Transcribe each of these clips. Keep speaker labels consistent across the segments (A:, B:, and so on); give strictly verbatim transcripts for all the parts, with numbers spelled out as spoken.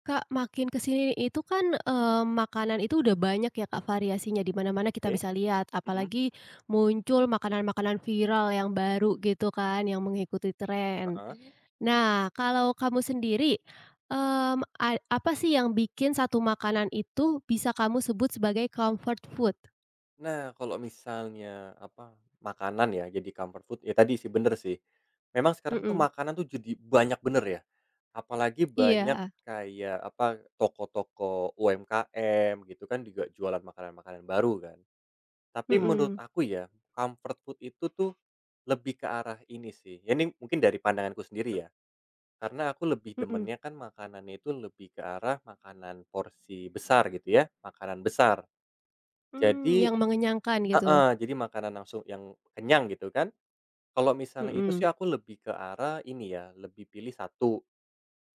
A: Kak, makin ke sini itu kan, eee, makanan itu udah banyak ya Kak variasinya, di mana-mana kita
B: Oke,
A: bisa lihat,
B: mhm,
A: apalagi muncul makanan-makanan viral yang baru gitu kan, yang mengikuti tren.
B: heeh.
A: Nah, kalau kamu sendiri, mmm, a apa sih yang bikin satu makanan itu bisa kamu sebut sebagai comfort food?
B: Nah, kalau misalnya, apa, makanan ya, jadi comfort food, ya tadi sih, bener sih. Memang sekarang tuh
A: Mhm,
B: makanan tuh jadi banyak bener ya, apalagi banyak
A: iya,
B: kayak, apa, toko-toko U M K M gitu kan juga jualan makanan-makanan baru kan. Tapi menurut
A: mhm,
B: aku ya, comfort food itu tuh lebih ke arah ini sih, ya ini mungkin dari pandanganku sendiri ya, karena aku lebih
A: mhm,
B: demennya kan makanannya itu lebih ke arah makanan porsi besar gitu ya, makanan besar.
A: mmm,
B: Jadi
A: yang mengenyangkan gitu?
B: Heeh, jadi makanan langsung yang kenyang gitu kan. Kalau misalnya itu sih
A: Mhm,
B: aku lebih ke arah ini ya, lebih pilih satu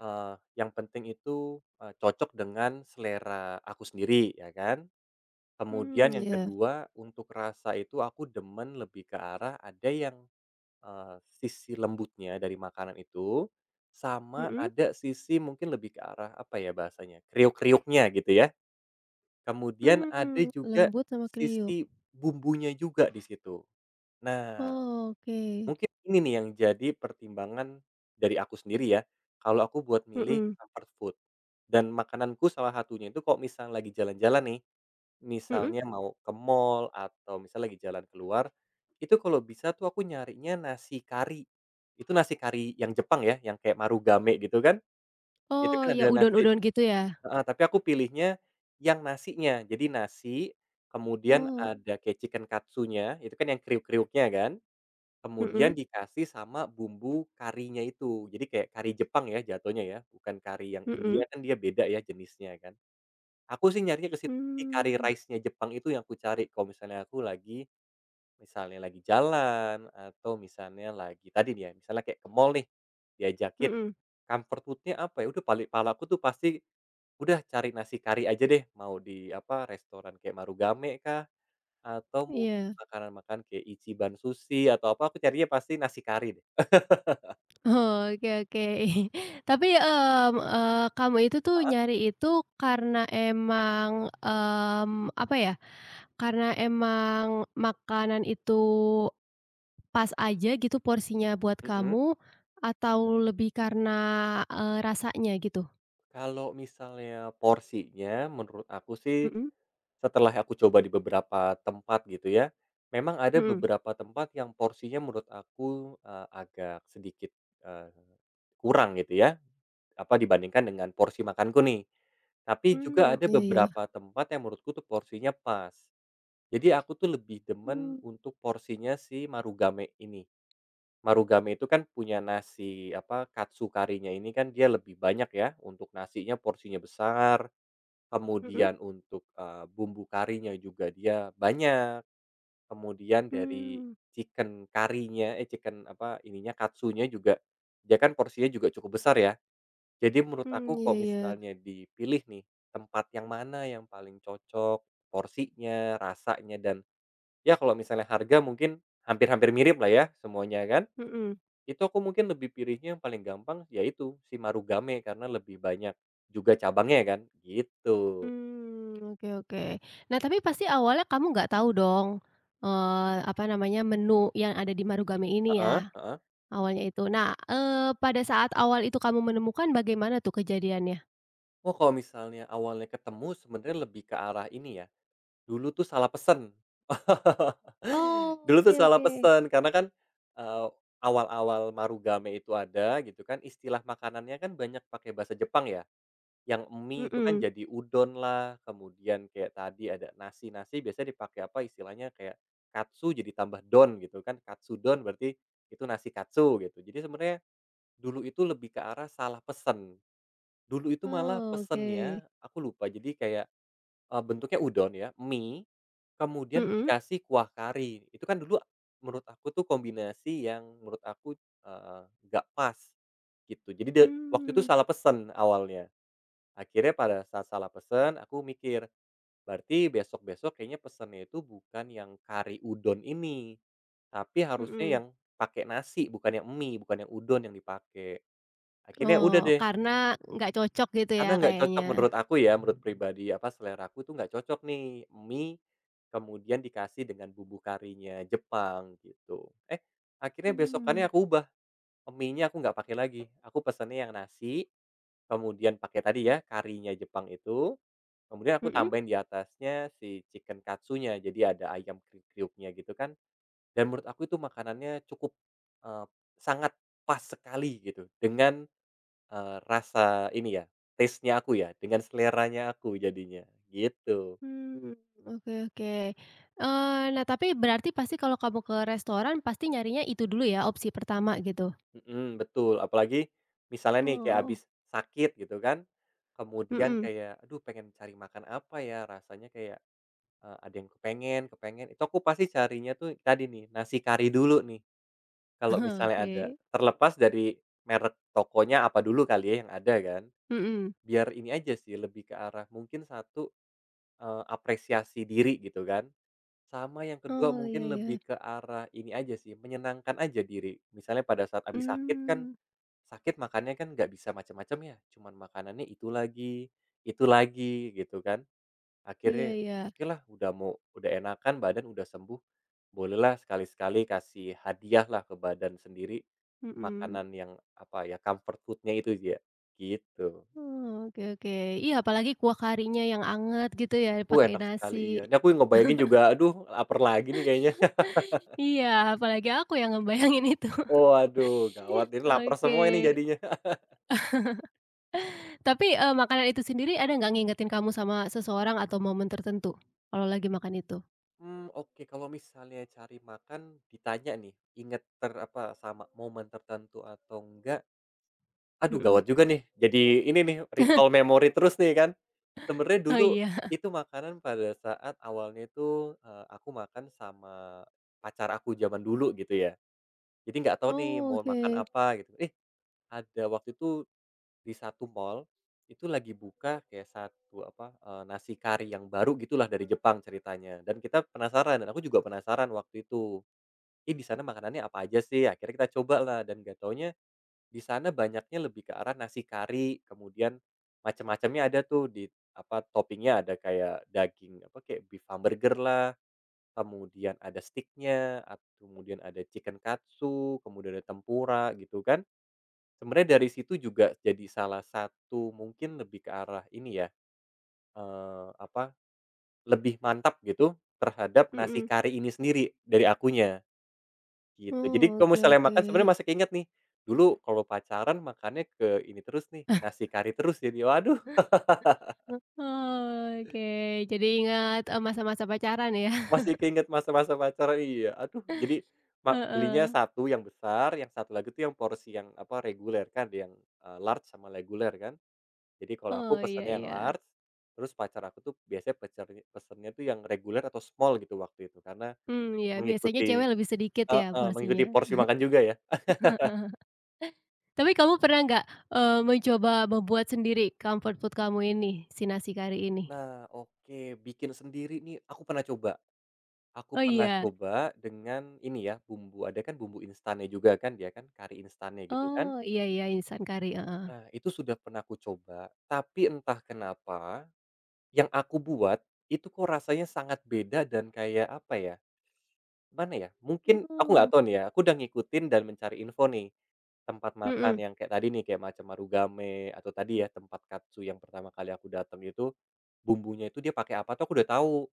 B: eee, yang penting itu, eee, cocok dengan selera aku sendiri ya kan.
A: mmm,
B: Kemudian yang
A: iya,
B: kedua untuk rasa itu aku demen lebih ke arah ada yang, eee, sisi lembutnya dari makanan itu, sama
A: mhm,
B: ada sisi mungkin lebih ke arah apa ya bahasanya, kriuk-kriuknya gitu ya. Kemudian
A: mmm,
B: ada juga
A: lembut sama kriuk.
B: sisi bumbunya juga di situ. Nah
A: Oh, oke.
B: Mungkin ini nih yang jadi pertimbangan dari aku sendiri ya, kalau aku buat milih
A: Mhm
B: comfort food dan makananku salah satunya itu kalau misal lagi jalan-jalan nih,
A: mhm.
B: misalnya mau ke mall atau misal lagi jalan keluar, itu kalau bisa tuh aku nyarinya nasi kari. Itu nasi kari yang Jepang ya, yang kayak marugame gitu kan, itu
A: Oh,
B: kan
A: ya
B: ada nasi,
A: udon-udon gitu ya?
B: heeh, tapi aku pilihnya yang nasinya. Jadi nasi, kemudian
A: Oh.
B: ada kayak chicken katsunya, itu kan yang kriuk-kriuknya kan. Kemudian
A: Mhm
B: dikasih sama bumbu karinya itu. Jadi kayak kari Jepang ya jatuhnya ya, bukan kari yang India
A: mhm.
B: kan dia beda ya jenisnya kan. Aku sih nyarinya ke situ, jadi kari
A: Mmm,
B: rice-nya Jepang itu yang aku cari kalau misalnya aku lagi misalnya lagi jalan atau misalnya lagi tadi nih ya, misalnya kayak ke mall nih, diajakin,
A: mhm,
B: comfort food-nya apa ya, udah pali palaku tuh pasti, udah cari nasi kari aja deh, mau di apa, restoran kayak Marugame kah, atau mungkin
A: iya.
B: makanan-makanan kayak Ichiban Sushi atau apa, aku carinya pasti nasi kari deh.
A: Oh, oke oke. Tapi, mmm, eee, kamu itu tuh nyari itu karena emang, mmm, apa ya, karena emang makanan itu pas aja gitu porsinya buat
B: Mhm,
A: kamu, atau lebih karena, eee, rasanya gitu?
B: kalau misalnya porsinya menurut aku sih,
A: Mhm
B: setelah aku coba di beberapa tempat gitu ya, memang ada
A: mhm.
B: beberapa tempat yang porsinya menurut aku, eee, agak sedikit, eee, kurang gitu ya, apa, dibandingkan dengan porsi makanku nih. Tapi juga
A: Mmm,
B: ada
A: iya iya.
B: beberapa tempat yang menurutku tuh porsinya pas. Jadi aku tuh lebih demen
A: Mmm,
B: untuk porsinya si Marugame ini. Marugame itu kan punya nasi, apa, katsu karinya ini kan dia lebih banyak ya, untuk nasinya porsinya besar,
A: mhm.
B: kemudian untuk, eee, bumbu karinya juga dia banyak, kemudian dari
A: Mmm,
B: chicken karinya eh, chicken, apa, ininya, katsunya juga dia kan porsinya juga cukup besar ya. Jadi menurut
A: mmm,
B: aku kalau
A: iya iya,
B: misalnya dipilih nih, tempat yang mana yang paling cocok, porsinya, rasanya, dan ya kalau misalnya harga mungkin hampir-hampir mirip lah ya semuanya kan?
A: mhm,
B: Itu aku mungkin lebih pilihnya yang paling gampang yaitu si Marugame karena lebih banyak juga cabangnya kan, gitu.
A: mmm, oke oke. Nah, tapi pasti awalnya kamu nggak tahu dong, eee, apa namanya, menu yang ada di Marugame ini
B: Heeh.
A: ya,
B: Heeh.
A: awalnya itu. Nah, eee, pada saat awal itu kamu menemukan bagaimana tuh kejadiannya?
B: Oh kalau misalnya awalnya ketemu sebenarnya lebih ke arah ini ya, dulu tuh salah pesen.
A: Oh,
B: Dulu tuh
A: oke
B: salah
A: oke,
B: pesen karena kan, eee, awal-awal Marugame itu ada gitu kan, istilah makanannya kan banyak pakai bahasa Jepang ya. Yang mie itu kan
A: mhm,
B: jadi udon lah kemudian kayak tadi ada nasi. Nasi biasanya dipakai apa, istilahnya kayak katsu jadi tambah don gitu kan, katsudon berarti itu nasi katsu gitu. Jadi sebenarnya dulu itu lebih ke arah salah pesen. Dulu itu malah
A: oh, oke,
B: pesennya aku lupa, jadi kayak, eee, bentuknya udon ya, mie, kemudian
A: mhm,
B: dikasih kuah kari. Itu kan dulu menurut aku tuh kombinasi yang menurut aku, eee, nggak pas gitu. Jadi de waktu itu
A: mmm,
B: salah pesen awalnya. Akhirnya pada saat salah pesen, aku mikir, berarti besok-besok kayaknya pesennya itu bukan yang kari udon ini, tapi harusnya
A: mhm.
B: yang pakai nasi, bukan yang mie, bukan yang udon yang dipakai. Akhirnya
A: Oh,
B: udah deh,
A: karena nggak cocok gitu ya
B: karena nggak
A: kayaknya?
B: cocok menurut aku ya, menurut pribadi, apa, selera aku tuh nggak cocok nih, mie kemudian dikasih dengan bumbu karinya Jepang, gitu. Eh, akhirnya besokannya
A: Mmm,
B: aku ubah, mie-nya aku nggak pakai lagi, aku pesennya yang nasi, kemudian pakai tadi ya, karinya Jepang itu, Kemudian aku
A: mhm?
B: tambahin di atasnya si chicken katsunya, jadi ada ayam kriuk-kriuknya gitu kan, dan menurut aku itu makanannya cukup, eee, sangat pas sekali gitu dengan, eee, rasa ini ya, taste-nya aku ya, dengan seleranya aku jadinya, gitu.
A: Hmm oke oke. Eee, nah tapi berarti pasti kalau kamu ke restoran pasti nyarinya itu dulu ya, opsi pertama gitu?
B: Mhm, betul, apalagi misalnya nih kayak
A: Oh,
B: abis sakit gitu kan, kemudian
A: mhm,
B: kayak, "Aduh, pengen cari makan apa ya?" Rasanya kayak, eee, ada yang kepengen kepengen, itu aku pasti carinya tuh tadi nih, nasi kari dulu nih. Kalau misalnya ada,
A: oke,
B: terlepas dari merek tokonya apa dulu kali ya yang ada kan,
A: mhm.
B: biar ini aja sih lebih ke arah mungkin satu, eee, apresiasi diri gitu kan, sama yang kedua
A: Oh, iya
B: mungkin
A: iya,
B: lebih ke arah ini aja sih, menyenangkan aja diri. Misalnya pada saat abis sakit kan,
A: hmm,
B: sakit makannya kan nggak bisa macam-macam ya, cuman makanannya itu lagi, itu lagi gitu kan.
A: iya
B: Akhirnya,
A: iya,
B: okelah udah mau udah enakan, badan udah sembuh, bolehlah sekali-sekali kasih hadiah lah ke badan sendiri,
A: mhm.
B: makanan yang, apa ya, comfort food-nya itu ya, gitu.
A: Oh, oke oke. Iya apalagi kuah karinya yang anget gitu ya
B: Uh,
A: pakai
B: enak
A: nasi.
B: sekali, iya. Ini aku ngebayangin juga, aduh lapar lagi nih kayaknya.
A: Iya, apalagi aku yang ngebayangin itu.
B: oh aduh gawat ini lapar
A: Oke.
B: semua ini jadinya.
A: Tapi, eee, makanan itu sendiri ada nggak ngingetin kamu sama seseorang atau momen tertentu, kalau lagi makan itu?
B: hmm oke Kalau misalnya cari makan ditanya nih, inget ter apa, sama momen tertentu atau enggak, aduh
A: Mhm.
B: gawat juga nih, jadi ini nih recall memory terus nih kan. Sebenarnya
A: Oh,
B: dulu
A: iya.
B: itu makanan pada saat awalnya itu, eee, aku makan sama pacar aku zaman dulu gitu ya. Jadi nggak tahu nih
A: Oh,
B: mau makan
A: oke.
B: apa gitu. Eh, ada waktu itu di satu mall, itu lagi buka kayak satu apa, eee, nasi kari yang baru gitulah dari Jepang ceritanya dan kita penasaran dan aku juga penasaran waktu itu. eh di sana makanannya apa aja sih?" Akhirnya kita coba lah dan nggak taunya di sana banyaknya lebih ke arah nasi kari, kemudian macam-macamnya ada tuh di apa, toppingnya ada kayak daging apa, kayak beef hamburger lah, kemudian ada sticknya nya at kemudian ada chicken katsu, kemudian ada tempura gitu kan. Sebenarnya dari situ juga jadi salah satu mungkin lebih ke arah ini ya, eee, apa, lebih mantap gitu terhadap nasi
A: Mhm.
B: kari ini sendiri dari akunya. Gitu.
A: Oh,
B: Jadi kalau
A: oke
B: misalnya
A: oke.
B: makan sebenarnya masih keinget nih, dulu kalau pacaran makannya ke ini terus nih, nasi kari terus jadi waduh
A: Oh, oke, jadi ingat, eee, masa-masa pacaran ya?
B: masih keinget masa-masa pacaran iya, aduh jadi ma belinya
A: Heeh.
B: satu yang besar, yang satu lagi tuh yang porsi yang, apa, reguler kan yang, eee, large sama reguler kan. Jadi kalau aku
A: Oh, iya
B: pesannya yang
A: iya.
B: large, terus pacar aku tuh biasanya pecernya pesennya tuh yang reguler atau small gitu waktu itu karena
A: Hmm, ya biasanya cewek
B: mengikuti
A: lebih sedikit ya
B: heeh, mengikuti
A: porsinya.
B: porsi makan juga ya.
A: Tapi kamu pernah nggak, eee, mencoba membuat sendiri comfort food kamu ini, si nasi kari ini?
B: Nah, oke bikin sendiri nih aku pernah coba. Aku
A: Oh,
B: pernah
A: iya?
B: coba dengan ini ya, bumbu ada kan bumbu instannya juga kan dia kan, kari instannya gitu
A: Oh,
B: kan.
A: iya iya, instan kari, heeh.
B: Nah, itu sudah pernah aku coba, tapi entah kenapa yang aku buat itu kok rasanya sangat beda dan kayak apa ya, mana ya, mungkin aku nggak
A: Oh.
B: tahu nih ya, aku udah ngikutin dan mencari info nih, tempat makan
A: Mhm.
B: yang kayak tadi nih, kayak macam Marugame atau tadi ya tempat katsu yang pertama kali aku datang itu, bumbunya itu dia pakai apa tuh aku udah tahu,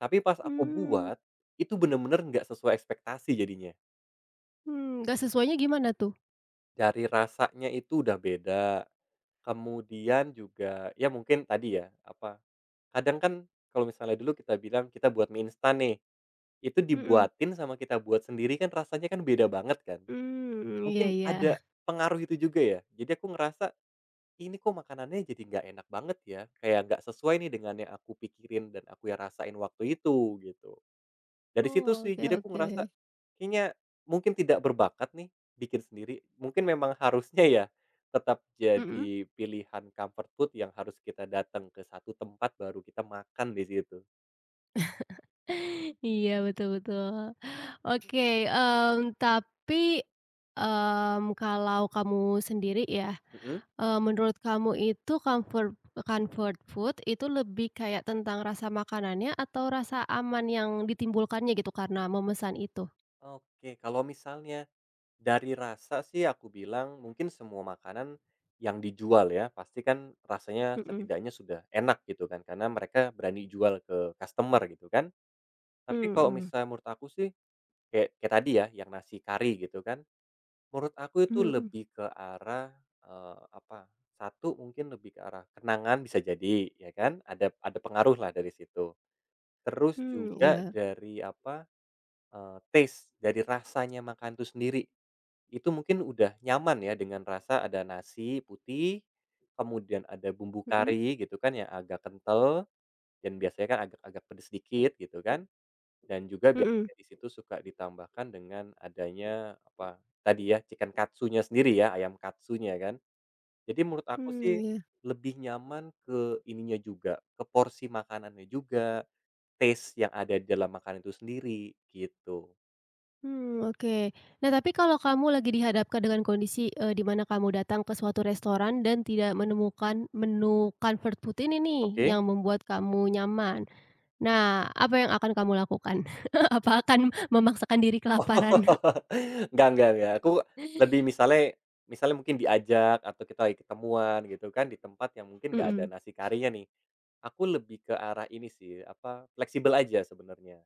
B: tapi pas aku
A: Hmm,
B: buat, itu bener-bener nggak sesuai ekspektasi jadinya.
A: mmm, nggak sesuainya gimana tuh?
B: Dari rasanya itu udah beda, kemudian juga ya mungkin tadi ya, apa, kadang kan kalau misalnya dulu kita bilang kita buat mie instan nih, itu
A: Mhm.
B: dibuatin sama kita buat sendiri kan rasanya kan beda banget kan.
A: Hmm, iya
B: Mungkin
A: iya.
B: ada pengaruh itu juga ya. Jadi aku ngerasa, "Ini kok makanannya jadi nggak enak banget ya, kayak nggak sesuai nih dengan yang aku pikirin dan aku ya rasain waktu itu," gitu. Dari situ
A: Oh,
B: sih,
A: oke
B: jadi aku
A: oke.
B: ngerasa, kayaknya mungkin tidak berbakat nih bikin sendiri, mungkin memang harusnya ya tetap
A: Mhm.
B: jadi pilihan comfort food yang harus kita datang ke satu tempat baru kita makan di situ.
A: Iya, betul betul. Oke, mmm, tapi, mmm, kalau kamu sendiri ya,
B: Mhm.
A: eee, menurut kamu itu comfort comfort food itu lebih kayak tentang rasa makanannya atau rasa aman yang ditimbulkannya gitu karena memesan itu?
B: Oke, kalau misalnya dari rasa sih aku bilang mungkin semua makanan yang dijual ya, pasti kan rasanya
A: Mhm.
B: setidaknya sudah enak gitu kan, karena mereka berani jual ke customer gitu kan. Tapi kalau
A: Mhm
B: misalnya menurut aku sih kayak kayak tadi ya, yang nasi kari gitu kan, Menurut aku itu
A: mhm.
B: lebih ke arah, eee, apa, satu mungkin lebih ke arah kenangan bisa jadi, ya kan, ada ada pengaruh lah dari situ. Terus
A: Mmm,
B: juga
A: iya.
B: dari apa, eee, taste, dari rasanya makan itu sendiri, itu mungkin udah nyaman ya dengan rasa ada nasi putih, kemudian ada bumbu
A: Mhm.
B: kari gitu kan yang agak kental dan biasanya kan agak-agak pedes sedikit gitu kan. Dan juga
A: Mhm.
B: biasanya di situ suka ditambahkan dengan adanya, apa, tadi ya chicken katsunya sendiri ya, ayam katsunya kan. Jadi menurut aku
A: Mmm,
B: sih
A: iya.
B: lebih nyaman ke ininya juga, ke porsi makanannya juga, taste yang ada di dalam makanan itu sendiri, gitu.
A: Hmm oke. Nah, tapi kalau kamu lagi dihadapkan dengan kondisi, eee, di mana kamu datang ke suatu restoran dan tidak menemukan menu comfort food ini nih,
B: Oke.
A: yang membuat kamu nyaman. Nah, apa yang akan kamu lakukan? Apa akan memaksakan diri kelaparan?
B: Enggak enggak enggak, aku lebih misalnya misalnya mungkin diajak atau kita lagi ketemuan gitu kan di tempat yang mungkin nggak ada
A: Mhm.
B: nasi karinya nih, aku lebih ke arah ini sih, apa, fleksibel aja sebenarnya.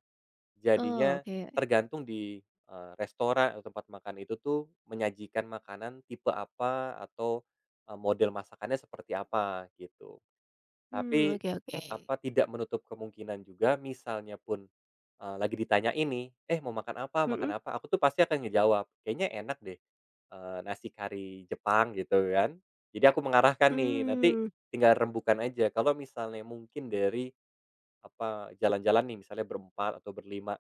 A: Oh,
B: Jadinya
A: oke.
B: tergantung di, eee, restoran atau tempat makan itu tuh menyajikan makanan tipe apa atau, eee, model masakannya seperti apa gitu.
A: Hmm
B: Tapi,
A: oke oke.
B: apa, tidak menutup kemungkinan juga misalnya pun, eee, lagi ditanya ini, "Eh, mau makan apa makan
A: Mhm.
B: apa?" Aku tuh pasti akan ngejawab, "Kayaknya enak deh, eee, nasi kari Jepang," gitu kan. Jadi aku mengarahkan nih, nanti
A: Mmm.
B: tinggal rembukan aja. Kalau misalnya mungkin dari apa, jalan-jalan nih misalnya berempat atau berlima,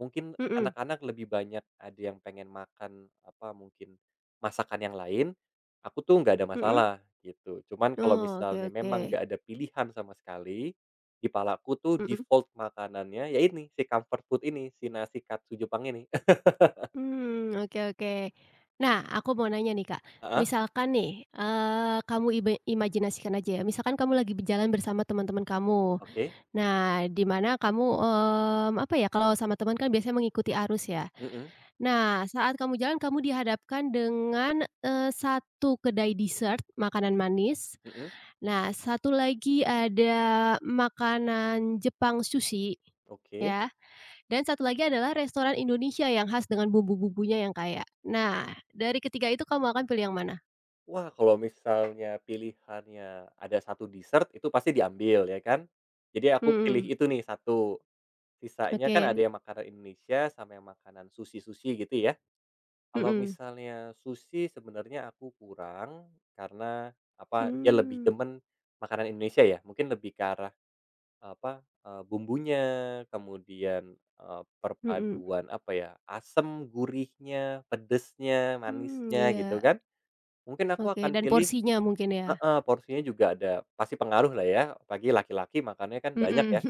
B: mungkin
A: Mhm.
B: anak-anak lebih banyak ada yang pengen makan, apa, mungkin masakan yang lain, aku tuh nggak ada
A: Mhm.
B: masalah gitu. Cuman kalau
A: Oh, oke
B: misalnya
A: oke.
B: memang nggak ada pilihan sama sekali, di palaku tuh
A: Mhm.
B: default makanannya ya ini, si comfort food ini, si nasi katsu Jepang ini.
A: Hmm oke oke. Nah, aku mau nanya nih, Kak.
B: Heeh,
A: Misalkan nih, eee, kamu ibe imajinasikan aja ya, misalkan kamu lagi berjalan bersama teman-teman kamu.
B: oke,
A: Nah, di mana kamu, mmm, apa ya, kalau sama teman kan biasanya mengikuti arus ya.
B: mhm
A: Nah, saat kamu jalan, kamu dihadapkan dengan, eee, satu kedai dessert, makanan manis.
B: mhm,
A: Nah, satu lagi ada makanan Jepang sushi,
B: oke.
A: ya. Dan satu lagi adalah restoran Indonesia yang khas dengan bumbu-bumbunya yang kaya. Nah, dari ketiga itu kamu akan pilih yang mana?
B: Wah, kalau misalnya pilihannya ada satu dessert itu pasti diambil ya kan. Jadi aku pilih
A: Mhm,
B: itu nih satu Sisanya kan ada
A: oke,
B: yang makanan Indonesia sama yang makanan sushi-sushi gitu ya. Kalau
A: mhm,
B: misalnya sushi sebenarnya aku kurang karena apa, ya lebih
A: mmm,
B: demen makanan Indonesia ya, mungkin lebih ke arah apa, eee, bumbunya, kemudian, eee,
A: mhm,
B: perpaduan apa ya, asem, gurihnya, pedesnya,
A: mmm,
B: manisnya
A: iya,
B: gitu kan. Mungkin aku
A: oke,
B: akan
A: dan
B: pilih
A: porsinya mungkin ya?
B: heeh, porsinya juga ada pasti pengaruh lah ya, apalagi laki-laki makannya kan banyak
A: Mhm,
B: ya.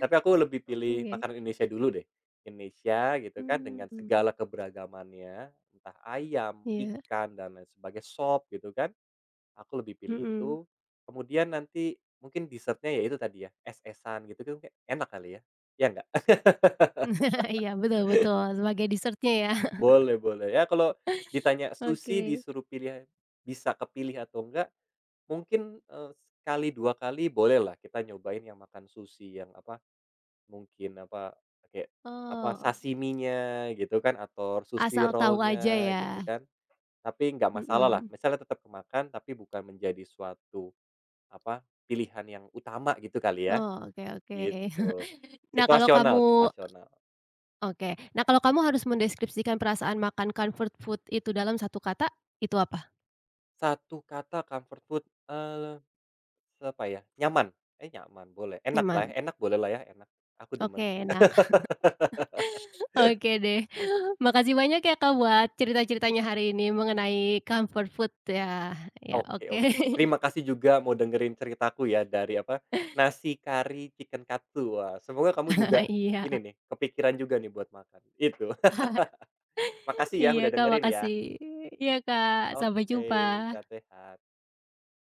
B: Tapi aku lebih pilih
A: oke,
B: makanan Indonesia dulu deh. Indonesia gitu kan dengan
A: mmm,
B: segala keberagamannya, entah ayam,
A: iya,
B: ikan, dan lain sebagainya, sop gitu kan, aku lebih pilih itu.
A: mhm.
B: Kemudian nanti mungkin dessertnya nya ya itu tadi ya, es-esan gitu kan kayak enak kali ya, ya nggak?
A: Iya, betul betul, sebagai dessert-nya ya?
B: Boleh boleh, ya kalau ditanya sushi
A: Oke,
B: disuruh pilih bisa kepilih atau enggak, mungkin, eee, sekali, dua kali boleh lah kita nyobain yang makan sushi yang apa Mungkin apa, pakai apa,
A: oh,
B: sashiminya gitu kan atau sushi
A: asal tahu aja
B: rollnya
A: ya?
B: gitu kan. Tapi nggak masalah lah
A: Mhm,
B: misalnya tetap kemakan tapi bukan menjadi suatu, apa, pilihan yang utama gitu kali ya,
A: oh, oke oke.
B: gitu.
A: Nah, kalau kamu
B: Situasional situasional.
A: oke. Nah, kalau kamu harus mendeskripsikan perasaan makan comfort food itu dalam satu kata, itu apa?
B: Satu kata comfort food, eee, apa ya, nyaman. Eh, nyaman boleh, enak enaklah,
A: Nyaman?
B: enak boleh lah ya, enak. Aku demen
A: Oke,
B: sih.
A: enak. Oke deh. Makasih banyak ya, Kak, buat cerita-ceritanya hari ini mengenai comfort food ya. Ya,
B: Oke
A: oke.
B: oke. Terima kasih juga mau dengerin ceritaku ya dari apa, nasi kari chicken katsu. Wah, semoga kamu juga
A: Iya.
B: ini nih, kepikiran juga nih buat makan, itu. Makasih ya
A: Iya,
B: udah
A: Kak,
B: dengerin ya.
A: makasih. Iya, Kak. Sampai
B: Oke,
A: jumpa.
B: sehat-sehat.